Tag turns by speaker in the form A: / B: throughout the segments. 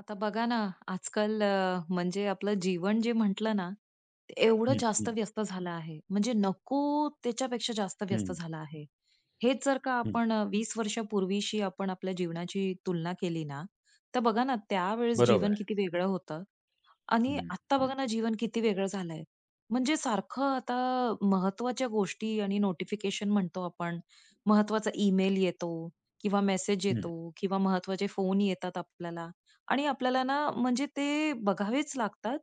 A: आता बघा ना, आजकाल म्हणजे आपलं जीवन जे म्हटलं ना, ते एवढं
B: हं,
A: जास्त
B: हं,
A: व्यस्त झालं आहे. म्हणजे नको त्याच्यापेक्षा जास्त व्यस्त
B: हं,
A: झालं आहे. हेच जर का
B: हं.
A: आपण 20 वर्षापूर्वीशी आपण आपल्या जीवनाची तुलना केली ना, तर बघा ना, त्यावेळेस
B: बरोबर
A: जीवन
B: आहे.
A: किती वेगळं होतं आणि
B: हं,
A: आत्ता
B: हं,
A: बघा ना, जीवन किती वेगळं झालंय. म्हणजे सारखं आता महत्वाच्या गोष्टी आणि नोटिफिकेशन म्हणतो आपण. महत्त्वाचा ईमेल येतो किंवा मेसेज
B: हं,
A: येतो किंवा महत्त्वाचे फोन येतात आपल्याला आणि आपल्याला ना, म्हणजे ते बघावेच लागतात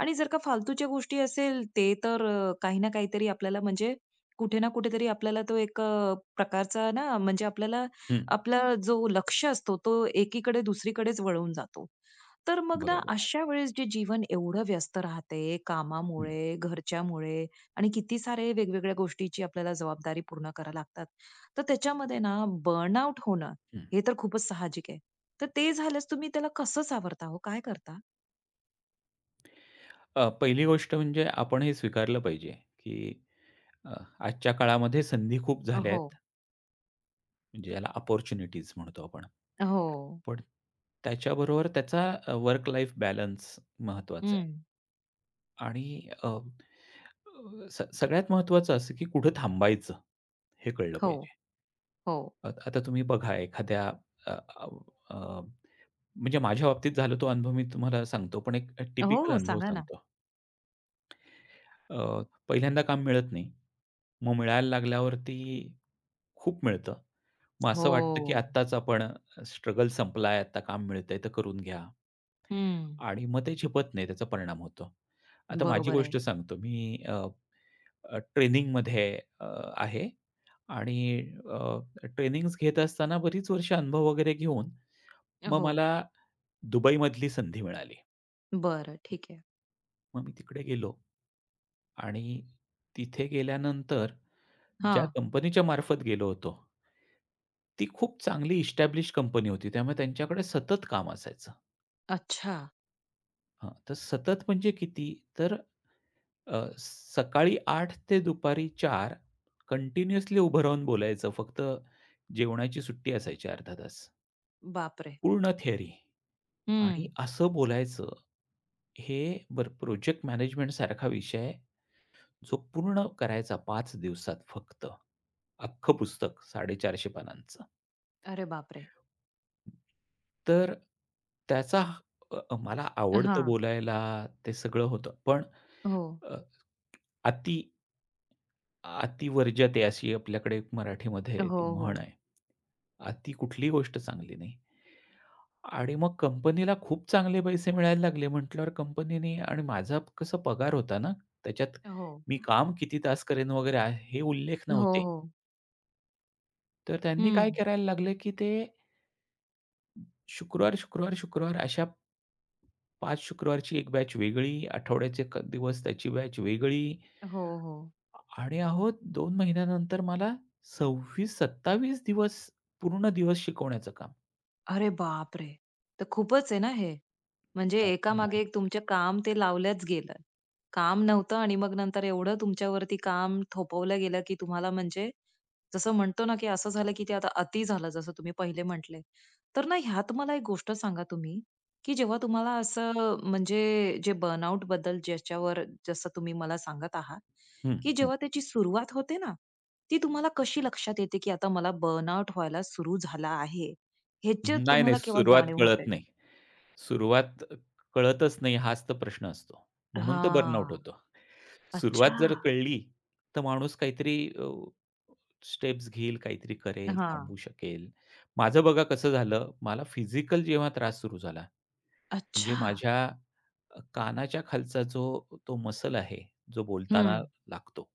A: आणि जर का फालतूच्या गोष्टी असेल, काही ना काहीतरी आपल्याला म्हणजे कुठे ना कुठेतरी आपल्याला तो एक प्रकारचा ना, म्हणजे आपल्याला
B: हं.
A: आपला जो लक्ष असतो, तो एकीकडे दुसरीकडेच वळून जातो. तर मग ना
B: बरोबर आहे.
A: अशा वेळेस जे जीवन एवढं व्यस्त राहते
B: हं,
A: कामामुळे, घरच्यामुळे आणि किती सारे वेगवेगळ्या गोष्टीची आपल्याला जबाबदारी पूर्ण करा लागतात. तर त्याच्यामध्ये ना बर्नआउट होणं
B: हं.
A: हे तर खूपच साहजिक आहे. तर ते झाल्यास तुम्ही त्याला कसं सावरता हो? काय करता?
B: पहिली गोष्ट म्हणजे आपण हे स्वीकारलं पाहिजे, की अ, आजच्या काळामध्ये संधी खूप झाल्या
A: हो.
B: आहेत, म्हणजे याला अपॉर्च्युनिटीज म्हणतो आपण.
A: हो.
B: पण त्याच्याबरोबर त्याचा वर्क लाईफ बॅलन्स महत्त्वाचा आहे.
A: हं.
B: आणि अ, अ, स सगळ्यात महत्त्वाचं असं, की कुठं थांबायचं हे कळलं
A: हो,
B: पाहिजे.
A: हो.
B: आता तुम्ही बघा एखाद्या म्हणजे माझ्या बाबतीत झाला तो अनुभव मी तुम्हाला सांगतो, पण एक
A: हो,
B: टिपिकल
A: हो.
B: अनुभव
A: सांगा ना.
B: सांगतो. अ, पहिल्यांदा काम मिळत नाही. मग मिळायला लागल्यावरती खूप मिळतं. मग
A: हो.
B: असं वाटतं, की आत्ताच आपण स्ट्रगल संपलाय, आता काम मिळतंय तर करून घ्या.
A: हं.
B: आणि मग ते झेपत नाही, त्याचा परिणाम होतो. आता माझी
A: बरोबर आहे.
B: गोष्ट सांगतो. मी अ, अ, ट्रेनिंगमध्ये अ, आहे आणि अ, ट्रेनिंग्स घेत असताना बरीच वर्ष अनुभव वगैरे घेऊन मग
A: हो.
B: मला दुबईमधली संधी मिळाली.
A: बरं ठीक आहे.
B: मग मी तिकडे गेलो आणि तिथे गेल्यानंतर ज्या
A: हां.
B: कंपनीच्या मार्फत गेलो होतो, ती खूप चांगली इस्टॅब्लिश्ड कंपनी होती. त्यामुळे त्यांच्याकडे सतत काम असायचं.
A: अच्छा.
B: हां, तर सतत म्हणजे किती? तर सकाळी 8 ते दुपारी 4 कंटिन्युअसली उभं राहून बोलायचं. फक्त जेवणाची सुट्टी असायची अर्धा तास.
A: बापरे!
B: पूर्ण थिअरी
A: हं.
B: आणि असं बोलायचं. हे बरं प्रोजेक्ट मॅनेजमेंटसारखा विषय जो पूर्ण करायचा 5 दिवसात फक्त. अख्खं पुस्तक 450 पानांचं.
A: अरे बापरे!
B: तर त्याचा अ, अ, मला आवडतं
A: हां.
B: बोलायला ते सगळं होतं. पण
A: हो.
B: अ, अति अति वर्ज्यते अशी आपल्याकडे एक मराठीमध्ये
A: हो,
B: ती म्हण
A: हो.
B: आहे. अति कुठलीही गोष्ट चांगली नाही. आणि मग कंपनीला खूप चांगले पैसे मिळायला लागले म्हटल्यावर कंपनीने आणि माझा कसं पगार होता ना, त्याच्यात
A: हो.
B: मी काम किती तास करेन वगैरे हे उल्लेख
A: हो,
B: नव्हते.
A: हो.
B: तर त्यांनी काय
A: हं.
B: करायला लागले, की ते शुक्रवार, शुक्रवार, शुक्रवार अशा 5 शुक्रवारची एक बॅच वेगळी, आठवड्याचे क दिवस त्याची बॅच वेगळी
A: हो, हो.
B: आणि अहो 2 महिन्यानंतर मला 26-27 दिवस पूर्ण दिवस शिकवण्याचं काम.
A: अरे बाप रे, तर खूपच आहे ना हे. म्हणजे
B: हां.
A: एकामागे
B: नाही.
A: एक तुमचे काम ते लावल्याच गेलं. काम नव्हतं आणि मग नंतर एवढं तुमच्यावरती काम थोपवलं गेलं, की तुम्हाला म्हणजे जसं म्हणतो ना, की असं झालं, की ते आता अति झालं, जसं तुम्ही पहिले म्हटले. तर ना ह्यात मला एक गोष्ट सांगा तुम्ही, की जेव्हा तुम्हाला असं म्हणजे जे बर्नआउट बद्दल ज्याच्यावर जसं तुम्ही मला सांगत आहात,
B: हं,
A: की
B: हं.
A: जेव्हा त्याची सुरुवात होते ना, ती तुम्हाला कशी लक्षात येते, की आता मला बर्नआउट व्हायला सुरू झाला आहे? ह्याच्यात
B: नाही, नाही.
A: तुम्हाला केव्हा
B: सुरुवात
A: जाणीव
B: कळत
A: होते?
B: नाही. सुरुवात कळतच नाही हाच तर प्रश्न असतो. म्हणून तर बर्नआउट
A: हां.
B: होतो.
A: अच्छा.
B: सुरुवात जर कळली, तर माणूस काहीतरी स्टेप्स घेईल, काहीतरी करेल,
A: हां.
B: थांबू शकेल. माझं बघा कसं झालं, मला फिजिकल जेव्हा त्रास सुरू झाला, म्हणजे
A: अच्छा.
B: माझ्या कानाच्या खालचा जो तो मसल आहे, जो बोलताना
A: हं.
B: लागतो.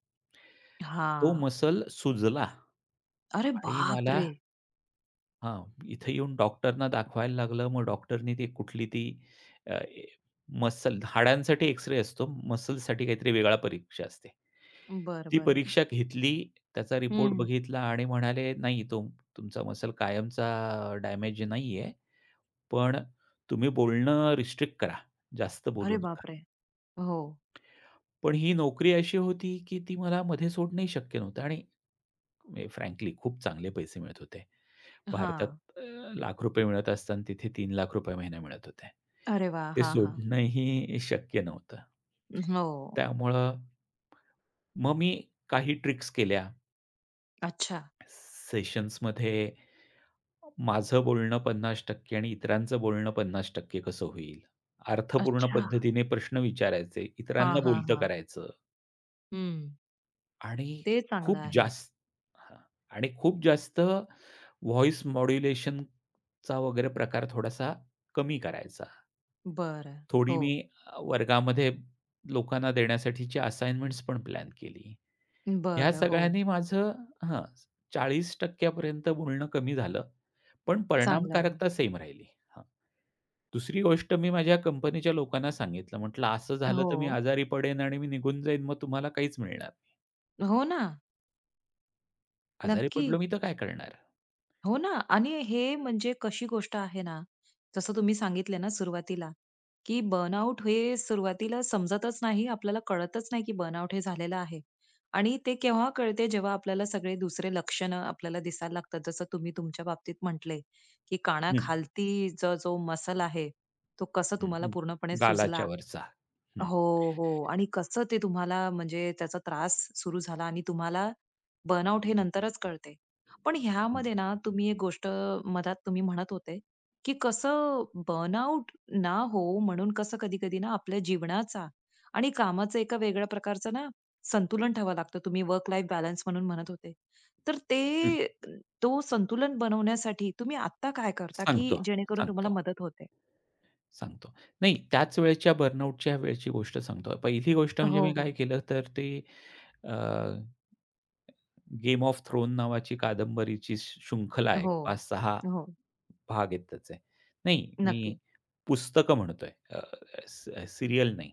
B: तो
A: हां.
B: मसल सुजला
A: अरे
B: आणि मला
A: बापरे!
B: हां, इथे येऊन डॉक्टरना दाखवायला लागलं. मग डॉक्टरनी ती कुठली ती अ, ए मसल हाडांसाठी एक्स-रे असतो. मसल्ससाठी काहीतरी वेगळा परीक्षा असते.
A: बरं,
B: ती
A: बरं.
B: परीक्षा घेतली, त्याचा रिपोर्ट
A: हं.
B: बघितला आणि म्हणाले, "नाही, तो तुमचा मसल कायमचा डॅमेज नाहीये, पण तुम्ही बोलणं रिस्ट्रिक्ट करा. जास्त
A: अरे
B: बोलू नका."
A: बापरे! हो.
B: पण ही नोकरी अशी होती, की ती मला मध्ये सोडणंही शक्य नव्हतं आणि फ्रँकली खूप चांगले पैसे मिळत होते. भारतात
A: हां.
B: अ, लाख रुपये मिळत असताना तिथे ₹3,00,000 महिना मिळत होते.
A: अरे वाह!
B: ते
A: हां, हां.
B: सोडणंही शक्य नव्हतं.
A: हो.
B: त्यामुळं मग मी काही ट्रिक्स केल्या.
A: अच्छा.
B: सेशन्समध्ये माझं बोलणं 50% आणि इतरांचं बोलणं 50% कसं होईल? अर्थपूर्ण
A: अच्छा.
B: पद्धतीने प्रश्न विचारायचे,
A: हां,
B: इतरांना
A: हां,
B: बोलतं
A: हां.
B: करायचं.
A: हं.
B: आणि
A: ते चांगलं
B: खूप
A: आहे.
B: जास्त हां. आणि खूप जास्त व्हॉईस मॉड्युलेशनचा वगैरे प्रकार थोडासा कमी करायचा.
A: बरं.
B: थोडी
A: हो.
B: मी वर्गामध्ये लोकांना देण्यासाठीची असाइनमेंट्स पण प्लॅन केली. ह्या
A: बरं. हो.
B: सगळ्यांनी माझं हां, 40% पर्यंत बोलणं कमी झालं, पण
A: चांगलं आहे.
B: परिणामकारकता सेम राहिली. हां. दुसरी गोष्ट मी माझ्या कंपनीच्या लोकांना सांगितलं. म्हटलं, "असं झालं
A: हो.
B: तर मी आजारी पडेन आणि मी निघून जाईन, मग तुम्हाला काहीच मिळणार नाही.
A: हो ना.
B: आजारी
A: नक्की.
B: पडलो मी तर काय करणार?"
A: हो ना. आणि हे म्हणजे कशी गोष्ट आहे ना, जसं तुम्ही सांगितले ना सुरुवातीला, की बर्नआउट हे सुरुवातीला समजतच नाही, आपल्याला कळतच नाही, की बर्नआउट हे झालेलं आहे. आणि ते केव्हा कळते, जेव्हा आपल्याला सगळे दुसरे लक्षणं आपल्याला दिसायला लागतात. जसं तुम्ही तुमच्या बाबतीत म्हटले, की
B: हं,
A: कानाखालती जो जो मसल आहे, तो कसा
B: हं,
A: तुम्हाला
B: हं.
A: पूर्णपणे
B: गालाच्या
A: सुजला
B: वरचा. हं,
A: हो, हो. आणि कसं ते तुम्हाला म्हणजे त्याचा त्रास सुरू झाला आणि तुम्हाला बर्नआउट हे नंतरच कळते. पण
B: हं,
A: ह्यामध्ये ना तुम्ही एक गोष्ट मधात तुम्ही म्हणत होते, की कसं बर्नआउट ना हो म्हणून कसं कधी-कधी ना आपल्या जीवनाचा आणि कामाचं एका वेगळ्या प्रकारचं ना संतुलन ठेवावं लागतं. तुम्ही वर्क लाईफ बॅलन्स म्हणून म्हणत होते. तर
B: हं.
A: ते तो संतुलन बनवण्यासाठी तुम्ही आत्ता काय करता,
B: सांगतो,
A: की जेणेकरून तुम्हाला
B: सांगतो,
A: मदत होते?
B: सांगतो. नाही त्याच वेळच्या बर्नआउटच्या वेळची गोष्ट सांगतो. पहिली गोष्ट म्हणजे
A: हो,
B: मी काय
A: हो.
B: केलं तर ते अ, गेम ऑफ थ्रोन नावाची कादंबरीची शृंखला आहे.
A: हो.
B: 5-6
A: हो.
B: भाग आहेत त्याचे. नाही, मी
A: नक्की.
B: पुस्तकं म्हणतोय. अ, स सीरियल नाही.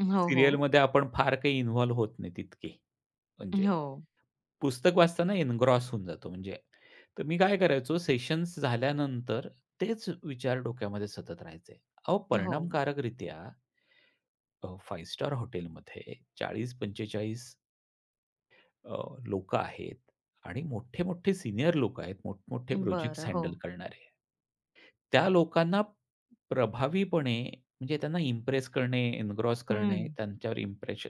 A: हो, हो.
B: सीरियलमध्ये आपण फार काही इन्व्हॉल्व होत नाही तितकी. म्हणजे
A: हो,
B: पुस्तक वाचताना एन्ग्रॉस होऊन जातो म्हणजे. तर मी काय करायचो सेशन्स झाल्यानंतर तेच विचार डोक्यामध्ये सतत राहायचे. अहो,
A: हो.
B: परिणामकारकरित्या 5 स्टार हॉटेलमध्ये 40-45 अ, लोकं आहेत आणि मोठे-मोठे सीनियर लोकं आहेत, मोठमोठे प्रोजेक्ट्स
A: बरं, हो.
B: हँडल करणारे. त्या लोकांना प्रभावीपणे म्हणजे त्यांना इम्प्रेस करणे, एन्ग्रॉस
A: हं.
B: करणे, त्यांच्यावर इम्प्रेशन.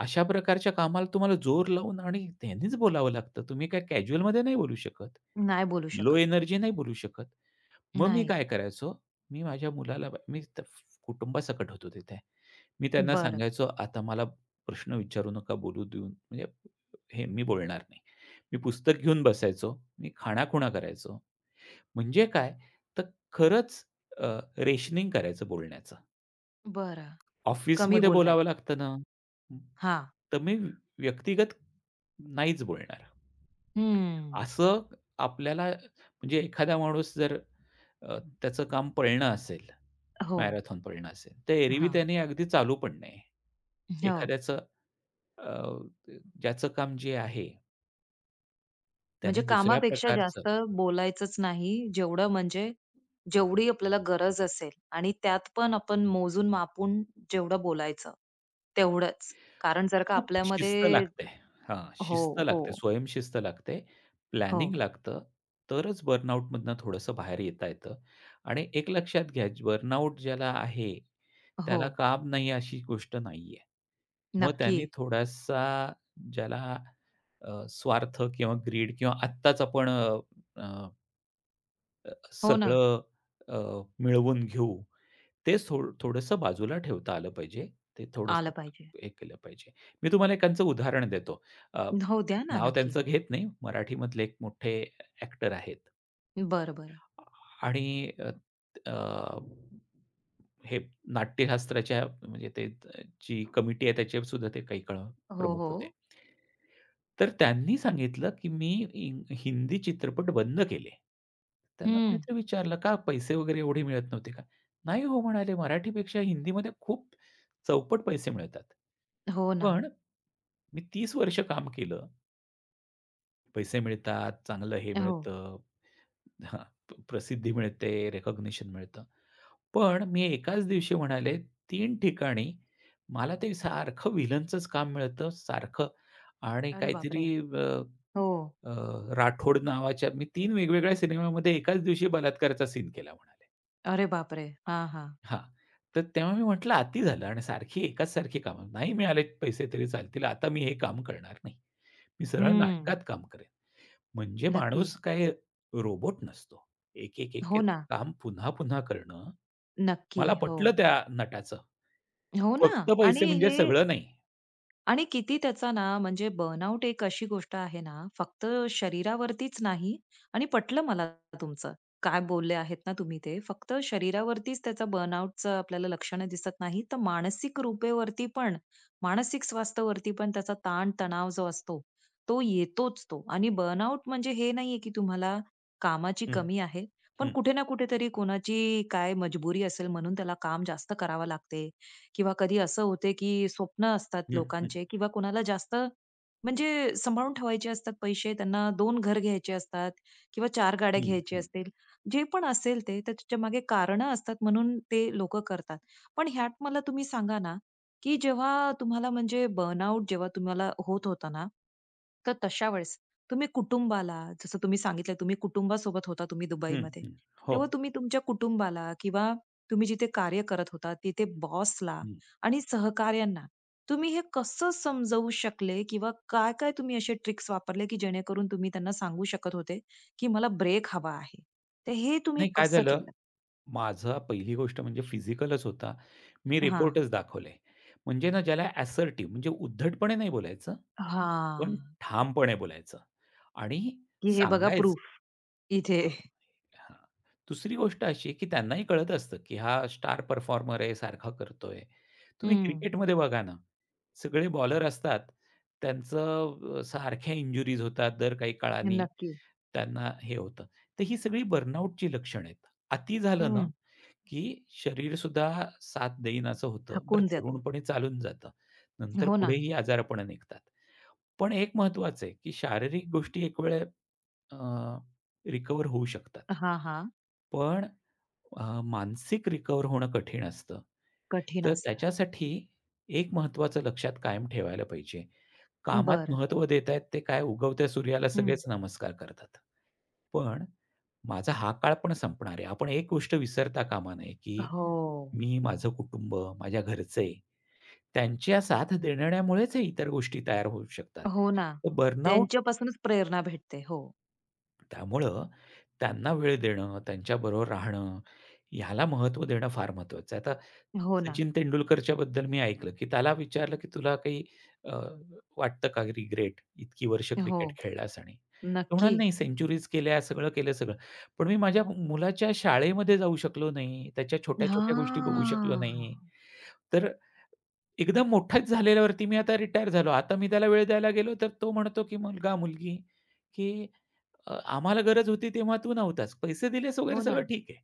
B: अशा प्रकारच्या कामाला तुम्हाला जोर लावून आणि त्यांनीच बोलावं लागतं. तुम्ही काय कॅज्युअलमध्ये नाही बोलू शकत.
A: नाही बोलू
B: लो
A: शकत.
B: एनर्जी नाही बोलू शकत. मग मी
A: नाही.
B: काय करायचो, मी माझ्या मुलाला मी त कुटुंबासकट होतो तिथे. मी त्यांना
A: बरं,
B: सांगायचो, "आता मला प्रश्न विचारू नका, बोलू देऊन म्हणजे हे मी बोलणार नाही." मी पुस्तक घेऊन बसायचो. मी खाणाखुणा करायचो. म्हणजे काय? तर खरंच अ, रेशनिंग करायचं बोलण्याचं.
A: बरं. कमी
B: ऑफिसमध्ये बोलावं
A: बोलण्याचा.
B: लागतं ना,
A: हां.
B: तर मी व्यक्तिगत नाहीच बोलणार.
A: हं.
B: असं आपल्याला म्हणजे एखादा माणूस जर त्याचं काम पळणं असेल,
A: हो.
B: मॅरेथॉन पळणं असेल, तर एरवी
A: हां.
B: त्याने अगदी चालू पण नये.
A: हो.
B: एखाद्याचं अ, ज्याचं काम जे आहे, त्याने
A: म्हणजे
B: दुसऱ्या
A: कामापेक्षा
B: प्रकारचं
A: जास्त बोलायचंच नाही. जेवढं म्हणजे जेवढी आपल्याला गरज असेल आणि त्यात पण आपण मोजून-मापून जेवढं बोलायचं, तेवढंच. कारण जर का
B: खूप शिस्त
A: आपल्यामध्ये
B: लागते. हां, शिस्त
A: हो,
B: लागते,
A: हो,
B: स्वयंशिस्त लागते,
A: हो,
B: प्लॅनिंग लागतं, तरच बर्नआउटमधनं थोडंसं बाहेर येता येतं. आणि एक लक्षात घ्या, बर्नआउट ज्याला आहे,
A: हो.
B: त्याला काम नाही अशी गोष्ट नाहीये. मग
A: नक्की.
B: त्यांनी थोडासा ज्याला स्वार्थ किंवा ग्रीड किंवा आत्ताच आपण
A: हो ना.
B: सगळं अ, मिळवून घेऊ. ते सोड थोडंसं बाजूला ठेवता आलं पाहिजे. ते थोडंसं
A: आलं पाहिजे.
B: हे केलं पाहिजे. मी तुम्हाला एकांचं उदाहरण देतो. अ,
A: हो, द्या ना.
B: नाव
A: नक्की.
B: त्यांचं घेत नाही. मराठीमधले एक मोठे ॲक्टर आहेत.
A: बरं, बरं.
B: आणि अ, अ, हे नाट्यशास्त्राच्या म्हणजे ते जी कमिटी आहे त्याचे सुद्धा ते काही काळ
A: हो,
B: प्रमुख होते.
A: हो.
B: तर त्यांनी सांगितलं, की मी हिंदी चित्रपट बंद केले. त्यांना
A: हं.
B: कोणीतरी विचारलं, "का पैसे वगैरे एवढे मिळत नव्हते का?" "नाही हो," म्हणाले, "मराठीपेक्षा हिंदीमध्ये खूप चौपट पैसे मिळतात."
A: हो ना.
B: पण मी 30 वर्ष काम केलं. पैसे मिळतात, चांगलं हे
A: हो.
B: मिळतं, हां, प्रसिद्धी मिळते, रिकॉग्निशन मिळतं. पण मी एकाच दिवशी म्हणाले 3 ठिकाणी मला ते सारखं व्हिलनचंच काम मिळतं, सारखं आणि
A: अरे बापरे!
B: काहीतरी
A: हो.
B: अ, राठोड नावाच्या मी 3 वेगवेगळ्या सिनेमामध्ये एकाच दिवशी बलात्काराचा सीन केला म्हणाले.
A: अरे बापरे! हां, हां.
B: हां. तर तेव्हा मी म्हटलं, "अति झालं आणि सारखी एकाच सारखी कामं. नाही मिळाले पैसे तरी चालतील. आता मी हे काम करणार नाही. मी सरळ
A: हं.
B: नाटकात काम करेन." म्हणजे
A: नक्की.
B: माणूस काय रोबोट नसतो. एक, एक, एक,
A: हो
B: एक
A: ना.
B: काम पुन्हा, पुन्हा करणं.
A: नक्की.
B: मला
A: हो.
B: पटलं त्या नटाचं.
A: हो ना.
B: फक्त पैसे
A: आणि
B: म्हणजे
A: हे
B: सगळं नाही.
A: आणि किती त्याचा ना म्हणजे बर्नआउट एक अशी गोष्ट आहे ना, फक्त शरीरावरतीच नाही आणि पटलं मला तुमचं, काय बोलले आहेत ना तुम्ही ते. फक्त शरीरावरतीच त्याचा बर्नआउटचं आपल्याला लक्षणं दिसत नाही, तर मानसिक रूपेवरती पण, मानसिक स्वास्थ्यावरती पण त्याचा ताण-तणाव जो असतो, तो येतोच तो. आणि बर्नआउट म्हणजे हे नाहीये, की तुम्हाला कामाची
B: हं,
A: कमी आहे, पण
B: हं,
A: कुठे ना कुठेतरी कोणाची काय मजबुरी असेल म्हणून त्याला काम जास्त करावं लागते किंवा कधी असं होते की स्वप्न असतात
B: हं, हं,
A: लोकांचे किंवा कुणाला जास्त म्हणजे सांभाळून ठेवायचे असतात पैसे, त्यांना दोन घर घ्यायचे असतात किंवा चार गाड्या
B: हं,
A: घ्यायच्या
B: हं,
A: असतील. जे पण असेल ते, तर त्याच्या मागे कारणं असतात म्हणून ते लोकं करतात. पण ह्यात मला तुम्ही सांगा ना, की जेव्हा तुम्हाला म्हणजे बर्नआउट जेव्हा तुम्हाला होत होता ना, तर तशा वेळेस तुम्ही कुटुंबाला, जसं तुम्ही सांगितलं तुम्ही कुटुंबासोबत होता तुम्ही
B: हं,
A: दुबईमध्ये.
B: हं. हो.
A: तेव्हा तुम्ही तुमच्या कुटुंबाला किंवा तुम्ही जिथे कार्य करत होता तिथे बॉसला
B: हं.
A: आणि सहकाऱ्यांना तुम्ही हे कसं समजवू शकले किंवा काय काय तुम्ही असे ट्रिक्स वापरले की जेणेकरून तुम्ही त्यांना सांगू शकत होते की मला ब्रेक हवा आहे. तर हे तुम्ही
B: नाही काय
A: कसं
B: झालं
A: केलं?
B: माझा पहिली गोष्ट म्हणजे फिजिकलच होता. मी
A: हां.
B: रिपोर्टच दाखवले. म्हणजे ना ज्याला असर्टिव्ह म्हणजे उद्धटपणे नाही बोलायचं,
A: हां,
B: पण ठामपणे बोलायचं आणि
A: की हे बघा
B: सांगायचं
A: प्रूफ इथे.
B: हां, हां. दुसरी गोष्ट अशी की त्यांनाही कळत असतं की हा स्टार परफॉर्मर आहे, सारखा करतोय. तुम्ही
A: हं.
B: क्रिकेटमध्ये बघा ना, सगळे बॉलर असतात. त्यांचं सारख्या इंजुरीज होतात. दर काही काळानी
A: नक्की.
B: त्यांना हे होतं. तर ही सगळी बर्नआउटची लक्षणं आहेत. अति झालं ना
A: हं.
B: की शरीरसुद्धा साथ देईन असं होतं. बरं
A: थकून जातो.
B: तरुणपणी चालून जातं. नंतर
A: हो
B: पुढे
A: ना.
B: ही आजारपणं निघतात. पण एक महत्वाचं आहे, की शारीरिक गोष्टी एक वेळ अ, होऊ शकतात.
A: हां, हां.
B: पण मानसिक रिकव्हर होणं कठीण असतं.
A: कठीण
B: तर
A: असतं.
B: त्याच्यासाठी एक महत्त्वाचं लक्षात कायम ठेवायला पाहिजे. कामात
A: बरं.
B: महत्त्व देत आहेत ते काय उगवत्या सूर्याला
A: हं.
B: सगळेच नमस्कार करतात. पण माझा हा काळ पण संपणार आहे. आपण एक गोष्ट विसरता कामा नये, की
A: हो.
B: मी, माझं कुटुंब, माझ्या घरचे त्यांच्या साथ देण्यामुळेच हे इतर गोष्टी तयार होऊ शकतात.
A: हो ना.
B: तर बर्नआउट
A: त्यांच्यापासूनच प्रेरणा भेटते. हो.
B: त्यामुळं त्यांना वेळ देणं, त्यांच्याबरोबर राहणं, ह्याला महत्त्व देणं फार महत्त्वाचं आहे. आता
A: हो ना.
B: सचिन तेंडुलकरच्याबद्दल मी ऐकलं, की त्याला विचारलं, की "तुला काही अ, वाटतं का रिग्रेट? इतकी वर्ष
A: हो.
B: क्रिकेट खेळलास आणि" तो
A: नक्की.
B: म्हणाला, "नाही, सेंचुरीज केल्या, सगळं केलं सगळं. पण मी माझ्या मुलाच्या शाळेमध्ये जाऊ शकलो नाही, त्याच्या छोट्या-छोट्या गोष्टी बघू शकलो
A: हां.
B: नाही." तर एकदा मोठाच झालेल्यावरती मी आता रिटायर झालो. आता मी त्याला वेळ द्यायला गेलो, तर तो म्हणतो, की मुलगा, मुलगी, की आम्हाला गरज होती तेव्हा तू नव्हतास. पैसे दिलेस वगैरे
A: हो
B: सगळं
A: ना.
B: ठीक आहे.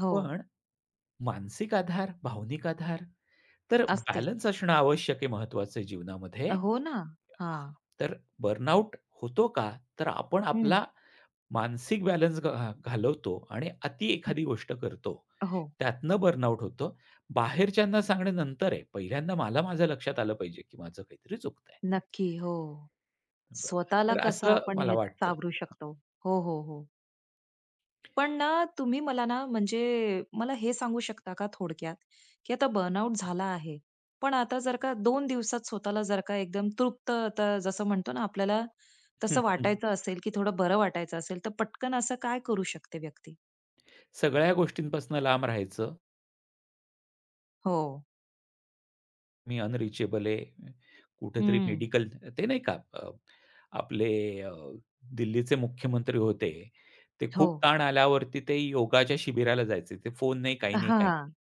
A: हो.
B: पण मानसिक आधार, भावनिक आधार तर
A: असतेच.
B: बॅलन्स असणं आवश्यक आहे महत्त्वाचं आहे जीवनामध्ये."
A: हो ना. हां.
B: तर बर्नआउट होतो का? तर आपण
A: हं,
B: आपला मानसिक बॅलन्स घालवतो आणि अती एखादी गोष्ट करतो.
A: हो.
B: त्यातनं बर्नआउट होतो. बाहेरच्यांना सांगणे नंतर आहे. पहिल्यांदा मला माझ्या लक्षात आलं पाहिजे, की माझं काहीतरी चुकतंय.
A: नक्की. हो.
B: बरं.
A: स्वतःला
B: तर
A: कसं
B: असं
A: आपण
B: मला
A: ह्यात
B: वाटतं.
A: सावरू शकतो. हो, हो, हो. पण ना तुम्ही मला ना म्हणजे मला हे सांगू शकता का थोडक्यात, की आता बर्नआउट झाला आहे. पण आता जर का 2 दिवसात स्वतःला जर का एकदम तृप्त आता जसं म्हणतो ना आपल्याला
B: हं,
A: तसं
B: हं.
A: वाटायचं असेल, की थोडं बरं वाटायचं असेल, तर पटकन असं काय करू शकते व्यक्ती?
B: सगळ्या गोष्टींपासून लांब राहायचं.
A: हो.
B: मी अनरिचेबल आहे. कुठेतरी
A: हं.
B: मेडिकल ते नाही का आपले अ, दिल्लीचे मुख्यमंत्री होते. ते
A: हो.
B: खूप ताण आल्यावरती ते योगाच्या शिबिराला जायचे. ते फोन नाही, काही नाही, काही नाही.
A: हां.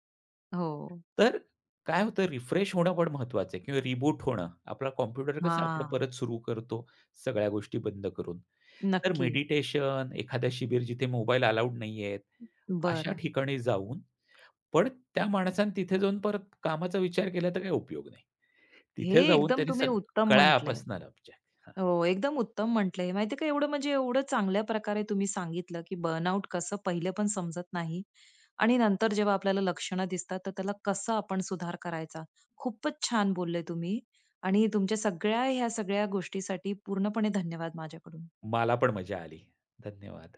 A: हो.
B: तर काय होतं रिफ्रेश होणं पण महत्वाचं आहे किंवा रिबूट होणं. आपला कॉम्प्युटर कसं आपण
A: हां.
B: परत सुरू करतो सगळ्या गोष्टी बंद करून. तर
A: नक्की.
B: मेडिटेशन, एखादं शिबीर जिथे मोबाईल अलाउड नाहीयेत, अशा
A: बरं.
B: ठिकाणी जाऊन पण त्या माणसाने तिथे जाऊन परत कामाचा विचार केला तर काही उपयोग नाही.
A: हे
B: तिथे जाऊन
A: एकदम
B: त्यांनी
A: तुम्ही उत्तम
B: सगळ्या
A: म्हटलंय.
B: आपासना हां,
A: हो, एकदम उत्तम म्हटलंय. माहिती आहे का एवढं म्हणजे एवढं चांगल्या प्रकारे तुम्ही सांगितलं, की बर्नआउट कसं पहिले पण समजत नाही आणि नंतर जेव्हा आपल्याला लक्षणं दिसतात, तर त्याला कसं आपण सुधार करायचा. खूपच छान बोलले तुम्ही आणि तुमच्या सगळ्या ह्या सगळ्या गोष्टीसाठी पूर्णपणे धन्यवाद माझ्याकडून.
B: मला पण मजा आली. धन्यवाद.